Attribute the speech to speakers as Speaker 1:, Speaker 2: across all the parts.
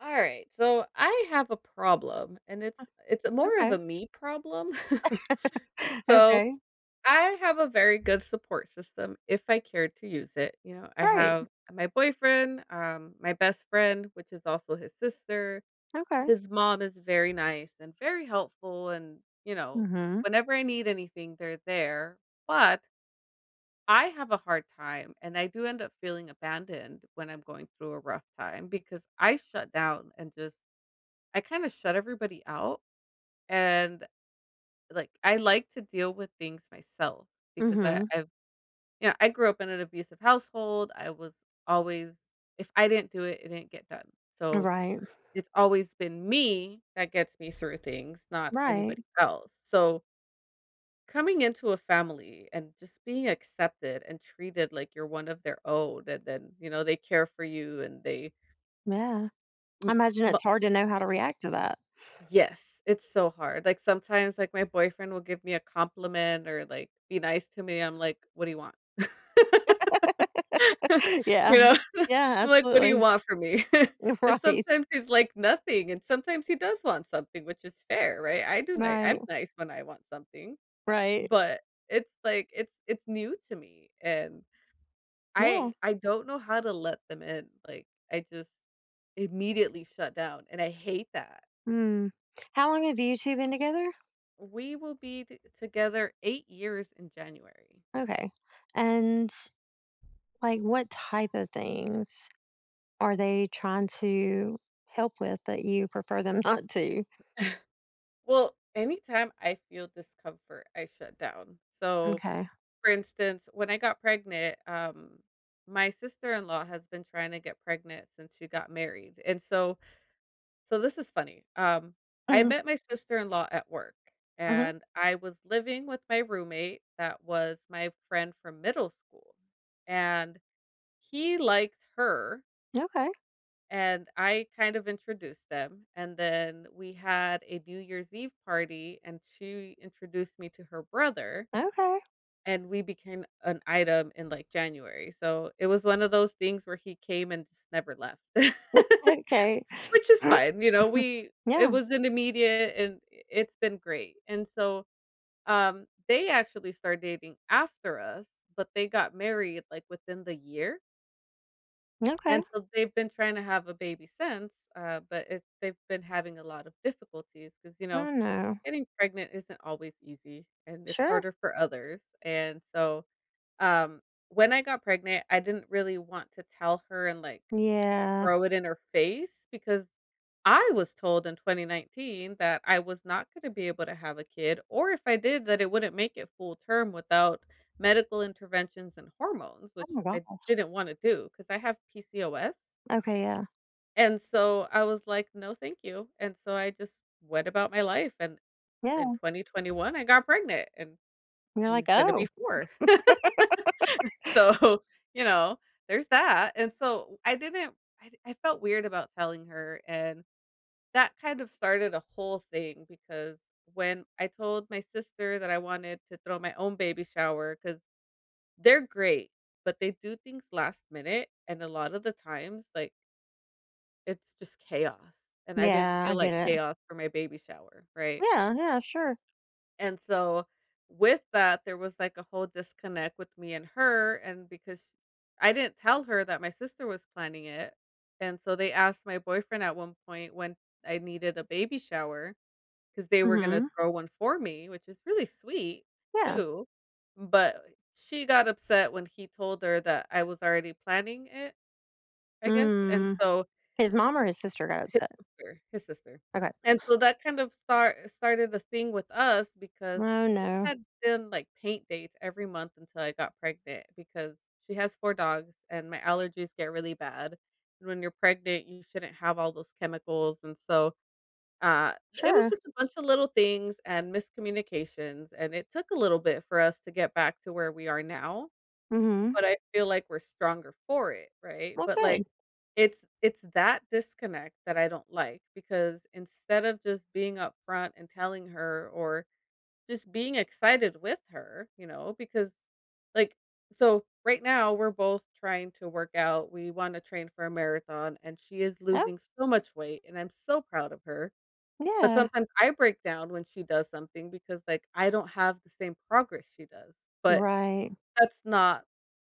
Speaker 1: All right. So I have a problem and it's more of
Speaker 2: Okay.
Speaker 1: a me problem. So
Speaker 2: Okay.
Speaker 1: I have a very good support system if I care to use it. You know, I
Speaker 2: Right.
Speaker 1: have my boyfriend, my best friend, which is also his sister.
Speaker 2: Okay.
Speaker 1: His mom is very nice and very helpful and, you know,
Speaker 2: Mhm.
Speaker 1: whenever I need anything, they're there. But I have a hard time and I do end up feeling abandoned when I'm going through a rough time because I shut down and just I kinda shut everybody out, and, like, I like to deal with things myself because I
Speaker 2: Mhm.
Speaker 1: I've you know, I grew up in an abusive household. I was always, if I didn't do it, it didn't get done, so
Speaker 2: Right.
Speaker 1: it's always been me that gets me through things, not
Speaker 2: Right.
Speaker 1: anybody else. So coming into a family and just being accepted and treated like you're one of their own, and then, you know, they care for you and they
Speaker 2: Yeah.
Speaker 1: m
Speaker 2: I imagine
Speaker 1: m
Speaker 2: it's hard to know how to react to that.
Speaker 1: yes, it's so hard. Like, sometimes, like, my boyfriend will give me a compliment or, like, be nice to me, I'm like, "What do you want?"
Speaker 2: Yeah.
Speaker 1: You know? I'm
Speaker 2: Yeah,
Speaker 1: like, "What do you
Speaker 2: absolutely.
Speaker 1: want from me?" And
Speaker 2: Right.
Speaker 1: sometimes he's like, "Nothing," and sometimes he does want something, which is fair, right? I do ni I'm
Speaker 2: Right.
Speaker 1: nice when I want something,
Speaker 2: Right.
Speaker 1: but it's like, it's new to me, and
Speaker 2: Yeah.
Speaker 1: I don't know how to let them in, like, I just immediately shut down, and I hate that.
Speaker 2: Mm. How long have you two been together?
Speaker 1: We will be t together 8 years in January.
Speaker 2: Okay. And, like, what type of things are they trying to help with that you prefer them not to?
Speaker 1: Well, anytime I feel discomfort, I shut down. So,
Speaker 2: Okay.
Speaker 1: for instance, when I got pregnant, my sister-in-law has been trying to get pregnant since she got married, and so this is funny. I
Speaker 2: Mhm.
Speaker 1: met my sister-in-law at work,
Speaker 2: Mhm.
Speaker 1: and I was living with my roommate that was my friend from middle school, and he liked her.
Speaker 2: Okay.
Speaker 1: And I kind of introduced them, and then we had a New Year's Eve party, and she introduced me to her brother,
Speaker 2: Okay.
Speaker 1: and we became an item in, like, January, so it was one of those things where he came and just never left, which
Speaker 2: Okay.
Speaker 1: is fine, you know, we it
Speaker 2: Yeah.
Speaker 1: was an immediate and it's been great, and so, they actually started dating after us, but they got married, like, within the year.
Speaker 2: Okay.
Speaker 1: And so they've been trying to have a baby since, but it they've been having a lot of difficulties because you know,
Speaker 2: Oh no!
Speaker 1: getting pregnant isn't always easy, and it's
Speaker 2: Sure.
Speaker 1: harder for others, and so, um, when I got pregnant, I didn't really want to tell her and, like,
Speaker 2: Yeah.
Speaker 1: throw it in her face because I was told in 2019 that I was not gonna be able to have a kid, or if I did, that it wouldn't make it full term without medical interventions and hormones,
Speaker 2: Oh
Speaker 1: which
Speaker 2: my
Speaker 1: I
Speaker 2: god.
Speaker 1: didn't wanna do because I have PCOS.
Speaker 2: Okay, yeah.
Speaker 1: And so I was like, "No, thank you." And so I just went about my life, and in
Speaker 2: Yeah.
Speaker 1: 2021, I got pregnant, and
Speaker 2: You're like,
Speaker 1: he's gonna be
Speaker 2: "Oh,
Speaker 1: 4. So, you know, there's that. And so I didn't I felt weird about telling her, and that kind of started a whole thing because when I told my sister that I wanted to throw my own baby shower, because 'cause they're great, but they do things last minute, and a lot of the times, like it's just chaos, and I didn't
Speaker 2: yeah,
Speaker 1: feel
Speaker 2: I get
Speaker 1: like
Speaker 2: it."
Speaker 1: chaos for my baby shower, right?
Speaker 2: Yeah, yeah, sure.
Speaker 1: And so, with that, there was, like, a whole disconnect with me and her, and because I didn't tell her that my sister was planning it, and so they asked my boyfriend at one point when I needed a baby shower because they were gonna
Speaker 2: Mhm.
Speaker 1: throw one for me, which is really sweet
Speaker 2: Yeah.
Speaker 1: too, but she got upset when he told her that I was already planning it, I guess, and
Speaker 2: Mm.
Speaker 1: so
Speaker 2: His mom or his sister got upset?
Speaker 1: sister his sister.
Speaker 2: Okay.
Speaker 1: And so that kind of started a thing with us because
Speaker 2: Oh,
Speaker 1: we
Speaker 2: no.
Speaker 1: had done, like, paint dates every month until I got pregnant because she has 4 dogs and my allergies get really bad. And when you're pregnant, you shouldn't have all those chemicals, and so, uh, it was
Speaker 2: Sure.
Speaker 1: just a bunch of little things and miscommunications, and it took a little bit for us to get back to where we are now,
Speaker 2: Mhm.
Speaker 1: but I feel like we're stronger for it, right?
Speaker 2: Well,
Speaker 1: But, like,
Speaker 2: good.
Speaker 1: it's that disconnect that I don't like because instead of just being upfront and telling her or just being excited with her, you know, because, like so right now we're both trying to work out, we wanna train for a marathon, and she is
Speaker 2: Oh,
Speaker 1: losing so much weight, and I'm so proud of her, but
Speaker 2: yeah.
Speaker 1: sometimes I break down when she does something because, like, I don't have the same progress she does, but
Speaker 2: Right.
Speaker 1: that's not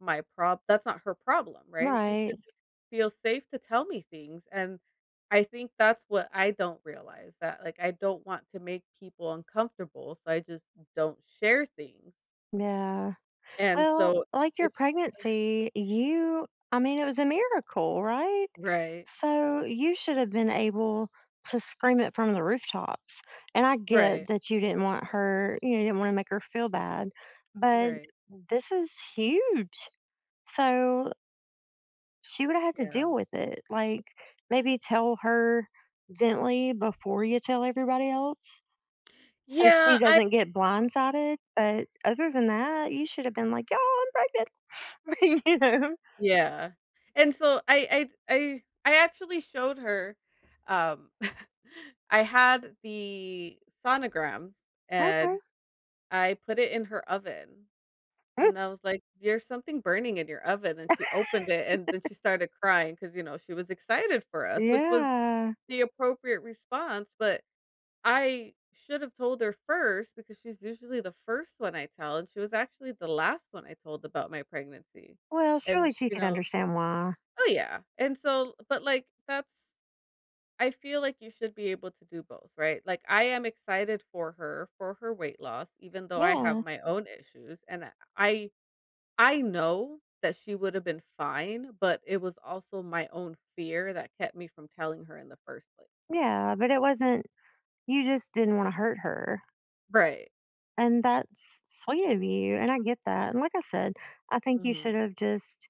Speaker 1: my prob that's not her problem, right? She should
Speaker 2: Right.
Speaker 1: be feel safe to tell me things, and I think that's what I don't realize that, like, I don't want to make people uncomfortable, so I just don't share things,
Speaker 2: Yeah.
Speaker 1: and
Speaker 2: Well,
Speaker 1: so
Speaker 2: like your
Speaker 1: it's
Speaker 2: pregnancy, you I mean, it was a miracle, right?
Speaker 1: right.
Speaker 2: So you should have been able to scream it from the rooftops. And I get
Speaker 1: Right,
Speaker 2: that you didn't want her, you know, you didn't want to make her feel bad, but
Speaker 1: right,
Speaker 2: this is huge. So she would have had to
Speaker 1: yeah.
Speaker 2: deal with it. Like maybe tell her gently before you tell everybody else so
Speaker 1: Yeah,
Speaker 2: she
Speaker 1: I
Speaker 2: doesn't get blindsided. But other than that, you should have been like, y'all, I'm pregnant. you know?
Speaker 1: yeah, and so I actually showed her, um I had the sonogram
Speaker 2: Okay.
Speaker 1: and I put it in her oven, and I was like, "There's something burning in your oven," and she opened it, and then she started crying because you know, she was excited for us, which was
Speaker 2: Yeah.
Speaker 1: the appropriate response, but I should have told her first because she's usually the first one I tell, and she was actually the last one I told about my pregnancy,
Speaker 2: Well,
Speaker 1: and,
Speaker 2: surely she
Speaker 1: you
Speaker 2: could
Speaker 1: know
Speaker 2: understand why.
Speaker 1: oh, yeah, and so but, like, that's I feel like you should be able to do both, right? Like, I am excited for her weight loss, even though I have
Speaker 2: Yeah.
Speaker 1: my own issues, and I I know that she would have been fine, but it was also my own fear that kept me from telling her in the first place.
Speaker 2: Yeah, but it wasn't you just didn't want to hurt her.
Speaker 1: Right.
Speaker 2: And that's sweet of you, and I get that. And like I said, I think you
Speaker 1: Mhm.
Speaker 2: should have just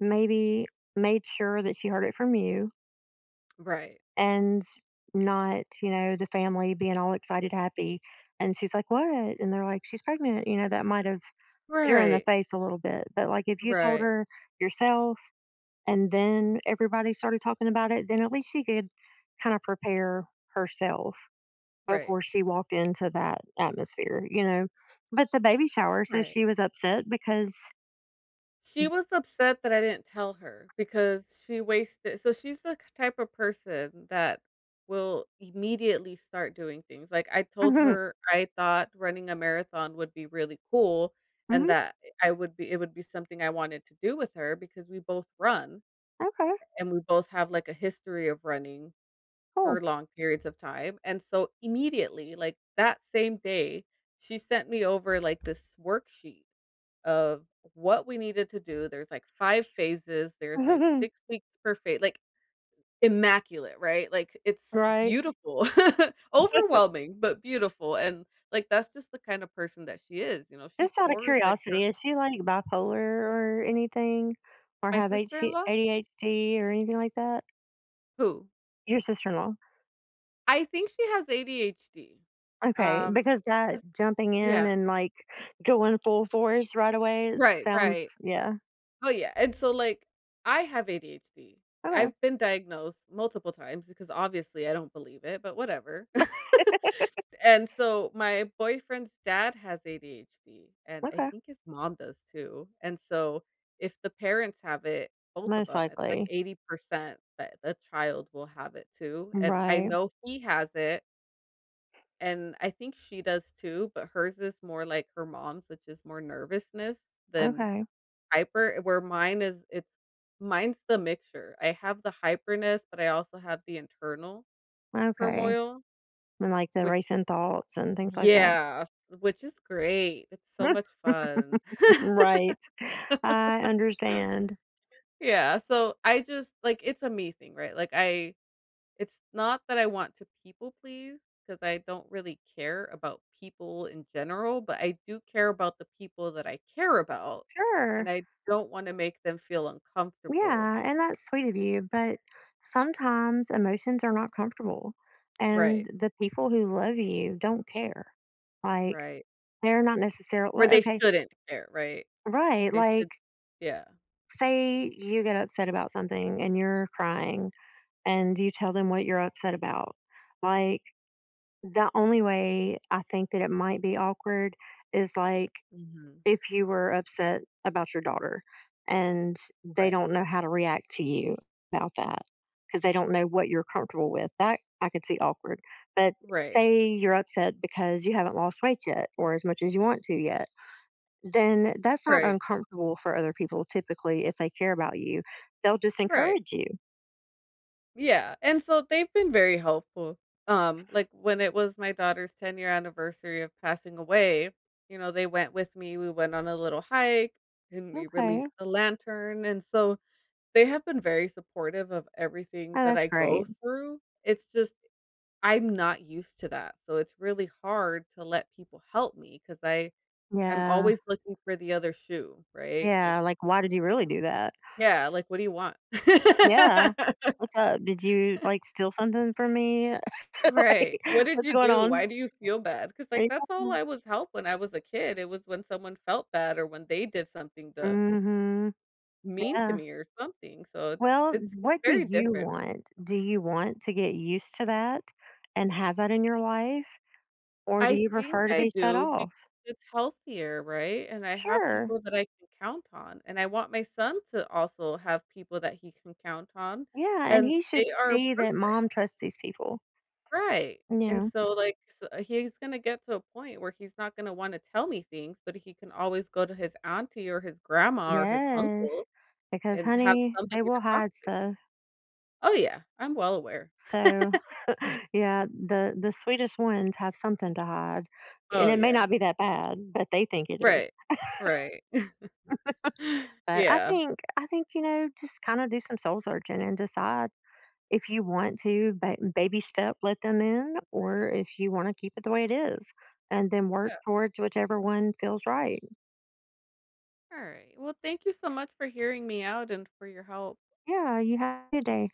Speaker 2: maybe made sure that she heard it from you
Speaker 1: Right.
Speaker 2: and not, you know, the family being all excited, happy, and she's like, "What?" And they're like, "She's pregnant." You know, that might have hit her in the
Speaker 1: Right.
Speaker 2: face a little bit. But like if you told
Speaker 1: Right.
Speaker 2: her yourself and then everybody started talking about it, then at least she could kinda prepare herself
Speaker 1: Right.
Speaker 2: before she walked into that atmosphere, you know? But the baby shower, so
Speaker 1: Right.
Speaker 2: she was upset because
Speaker 1: She was upset that I didn't tell her because she wasted so she's the k type of person that will immediately start doing things, like, I told
Speaker 2: Mhm,
Speaker 1: her I thought running a marathon would be really cool and
Speaker 2: mhm,
Speaker 1: that I would be it would be something I wanted to do with her because we both run
Speaker 2: okay,
Speaker 1: and we both have, like, a history of running
Speaker 2: cool.
Speaker 1: for long periods of time, and so immediately, like, that same day, she sent me over, like, this worksheet of what we needed to do. There's like 5 phases, there's like 6 weeks per phase, like immaculate, right? Like it's
Speaker 2: Right?
Speaker 1: beautiful, overwhelming, but beautiful, and like that's just the kind of person that she is, you know, she
Speaker 2: Just out of
Speaker 1: pours like her
Speaker 2: curiosity, is she, like, bipolar or anything? Or
Speaker 1: my
Speaker 2: have HD
Speaker 1: sister-in-law?
Speaker 2: ADHD or anything like that?
Speaker 1: Who?
Speaker 2: Your sister-in-law?
Speaker 1: I think she has ADHD.
Speaker 2: Okay,
Speaker 1: Um,
Speaker 2: because that
Speaker 1: 'Cause
Speaker 2: jumping in
Speaker 1: yeah,
Speaker 2: and, like, going full force right away sounds
Speaker 1: right.
Speaker 2: yeah,
Speaker 1: Oh yeah, and so like I have ADHD.
Speaker 2: okay.
Speaker 1: I've been diagnosed multiple times because obviously I don't believe it, but whatever. And so my boyfriend's dad has ADHD, and I
Speaker 2: Okay.
Speaker 1: think his mom does too. And so if the parents have it, both of
Speaker 2: Most
Speaker 1: them, it's like
Speaker 2: likely.
Speaker 1: 80% that the child will have it too. And I
Speaker 2: Right.
Speaker 1: know he has it, and I think she does too, but hers is more like her mom's, which is more nervousness than
Speaker 2: Okay.
Speaker 1: hyper, where mine is it's mine's the mixture. I have the hyperness, but I also have the internal
Speaker 2: Okay.
Speaker 1: turmoil,
Speaker 2: And like the
Speaker 1: which
Speaker 2: racing thoughts and things like that.
Speaker 1: yeah, which is great. It's so much fun.
Speaker 2: Right. I understand.
Speaker 1: Yeah, so I just like it's a me thing, right? Like I it's not that I want to people please because I don't really care about people in general, but I do care about the people that I care about and
Speaker 2: Sure.
Speaker 1: I don't want to make them feel uncomfortable.
Speaker 2: Yeah. And that's sweet of you. But sometimes emotions are not comfortable. And
Speaker 1: Right.
Speaker 2: the people who love you don't care. Like
Speaker 1: Right.
Speaker 2: they're not
Speaker 1: Where
Speaker 2: necessarily,
Speaker 1: they
Speaker 2: okay.
Speaker 1: shouldn't care, right?
Speaker 2: Right.
Speaker 1: They should
Speaker 2: Like,
Speaker 1: yeah.
Speaker 2: say you get upset about something and you're crying and you tell them what you're upset about. Like, the only way I think that it might be awkward is, like,
Speaker 1: Mhm.
Speaker 2: if you were upset about your daughter and they
Speaker 1: Right.
Speaker 2: don't know how to react to you about that because they don't know what you're comfortable with. That I could see awkward. But
Speaker 1: Right.
Speaker 2: say you're upset because you haven't lost weight yet or as much as you want to yet, then that's not
Speaker 1: Right.
Speaker 2: uncomfortable for other people typically if they care about you. They'll just
Speaker 1: Right.
Speaker 2: encourage you.
Speaker 1: Yeah, and so they've been very helpful. Like when it was my daughter's 10-year anniversary of passing away, you know, they went with me, we went on a little hike, and we
Speaker 2: "Okay.
Speaker 1: released the lantern, and so they have been very supportive of everything
Speaker 2: Oh,
Speaker 1: that
Speaker 2: that's
Speaker 1: I go
Speaker 2: great.
Speaker 1: through. It's just I'm not used to that, so it's really hard to let people help me because I'm
Speaker 2: Yeah.
Speaker 1: always looking for the other shoe, right? Like,
Speaker 2: Yeah, like, why did you really do that?"
Speaker 1: "Yeah, like, what do you want?"
Speaker 2: Yeah. "What's up? Did you, like, steal something from me?"
Speaker 1: Right.
Speaker 2: Like,
Speaker 1: What did
Speaker 2: "What's
Speaker 1: you
Speaker 2: going
Speaker 1: do?
Speaker 2: on?"
Speaker 1: Why do you feel bad? Because like, that's all
Speaker 2: Mm.
Speaker 1: I was helped when I was a kid. It was when someone felt bad or when they did something to
Speaker 2: Mhm.
Speaker 1: mean to
Speaker 2: Yeah.
Speaker 1: me or something. So it's
Speaker 2: Well,
Speaker 1: it's it's
Speaker 2: what do
Speaker 1: very
Speaker 2: you
Speaker 1: different.
Speaker 2: want? Do you want to get used to that and have that in your life, or do
Speaker 1: I
Speaker 2: you
Speaker 1: think
Speaker 2: prefer to
Speaker 1: I
Speaker 2: be shut
Speaker 1: do because
Speaker 2: off?
Speaker 1: it's healthier, right? And I have
Speaker 2: Sure.
Speaker 1: people that I can count on, and I want my son to also have people that he can count on,
Speaker 2: Yeah, and
Speaker 1: and
Speaker 2: he
Speaker 1: they
Speaker 2: should
Speaker 1: are
Speaker 2: see that
Speaker 1: perfect.
Speaker 2: mom trusts these people,
Speaker 1: Right,
Speaker 2: you
Speaker 1: and
Speaker 2: know?
Speaker 1: so, like, s he's gonna get to a point where he's not gonna wanna tell me things, but he can always go to his auntie or his grandma or his
Speaker 2: Yes.
Speaker 1: uncle
Speaker 2: Because,
Speaker 1: and have
Speaker 2: honey, they
Speaker 1: somebody
Speaker 2: will
Speaker 1: to talk
Speaker 2: hide
Speaker 1: to.
Speaker 2: stuff.
Speaker 1: Oh, yeah, I'm well aware.
Speaker 2: So, yeah, the sweetest ones have something to hide,
Speaker 1: Oh,
Speaker 2: and it may
Speaker 1: yeah.
Speaker 2: not be that bad, but they think it is.
Speaker 1: Right. Right.
Speaker 2: But I
Speaker 1: Yeah.
Speaker 2: think I think you know, just kind of do some soul searching and decide if you want to baby step let them in,
Speaker 1: Right.
Speaker 2: or if you want to keep it the way it is, and then work
Speaker 1: Yeah.
Speaker 2: towards whichever one feels right.
Speaker 1: Alright, well, thank you so much for hearing me out and for your help.
Speaker 2: Yeah, you have a good day.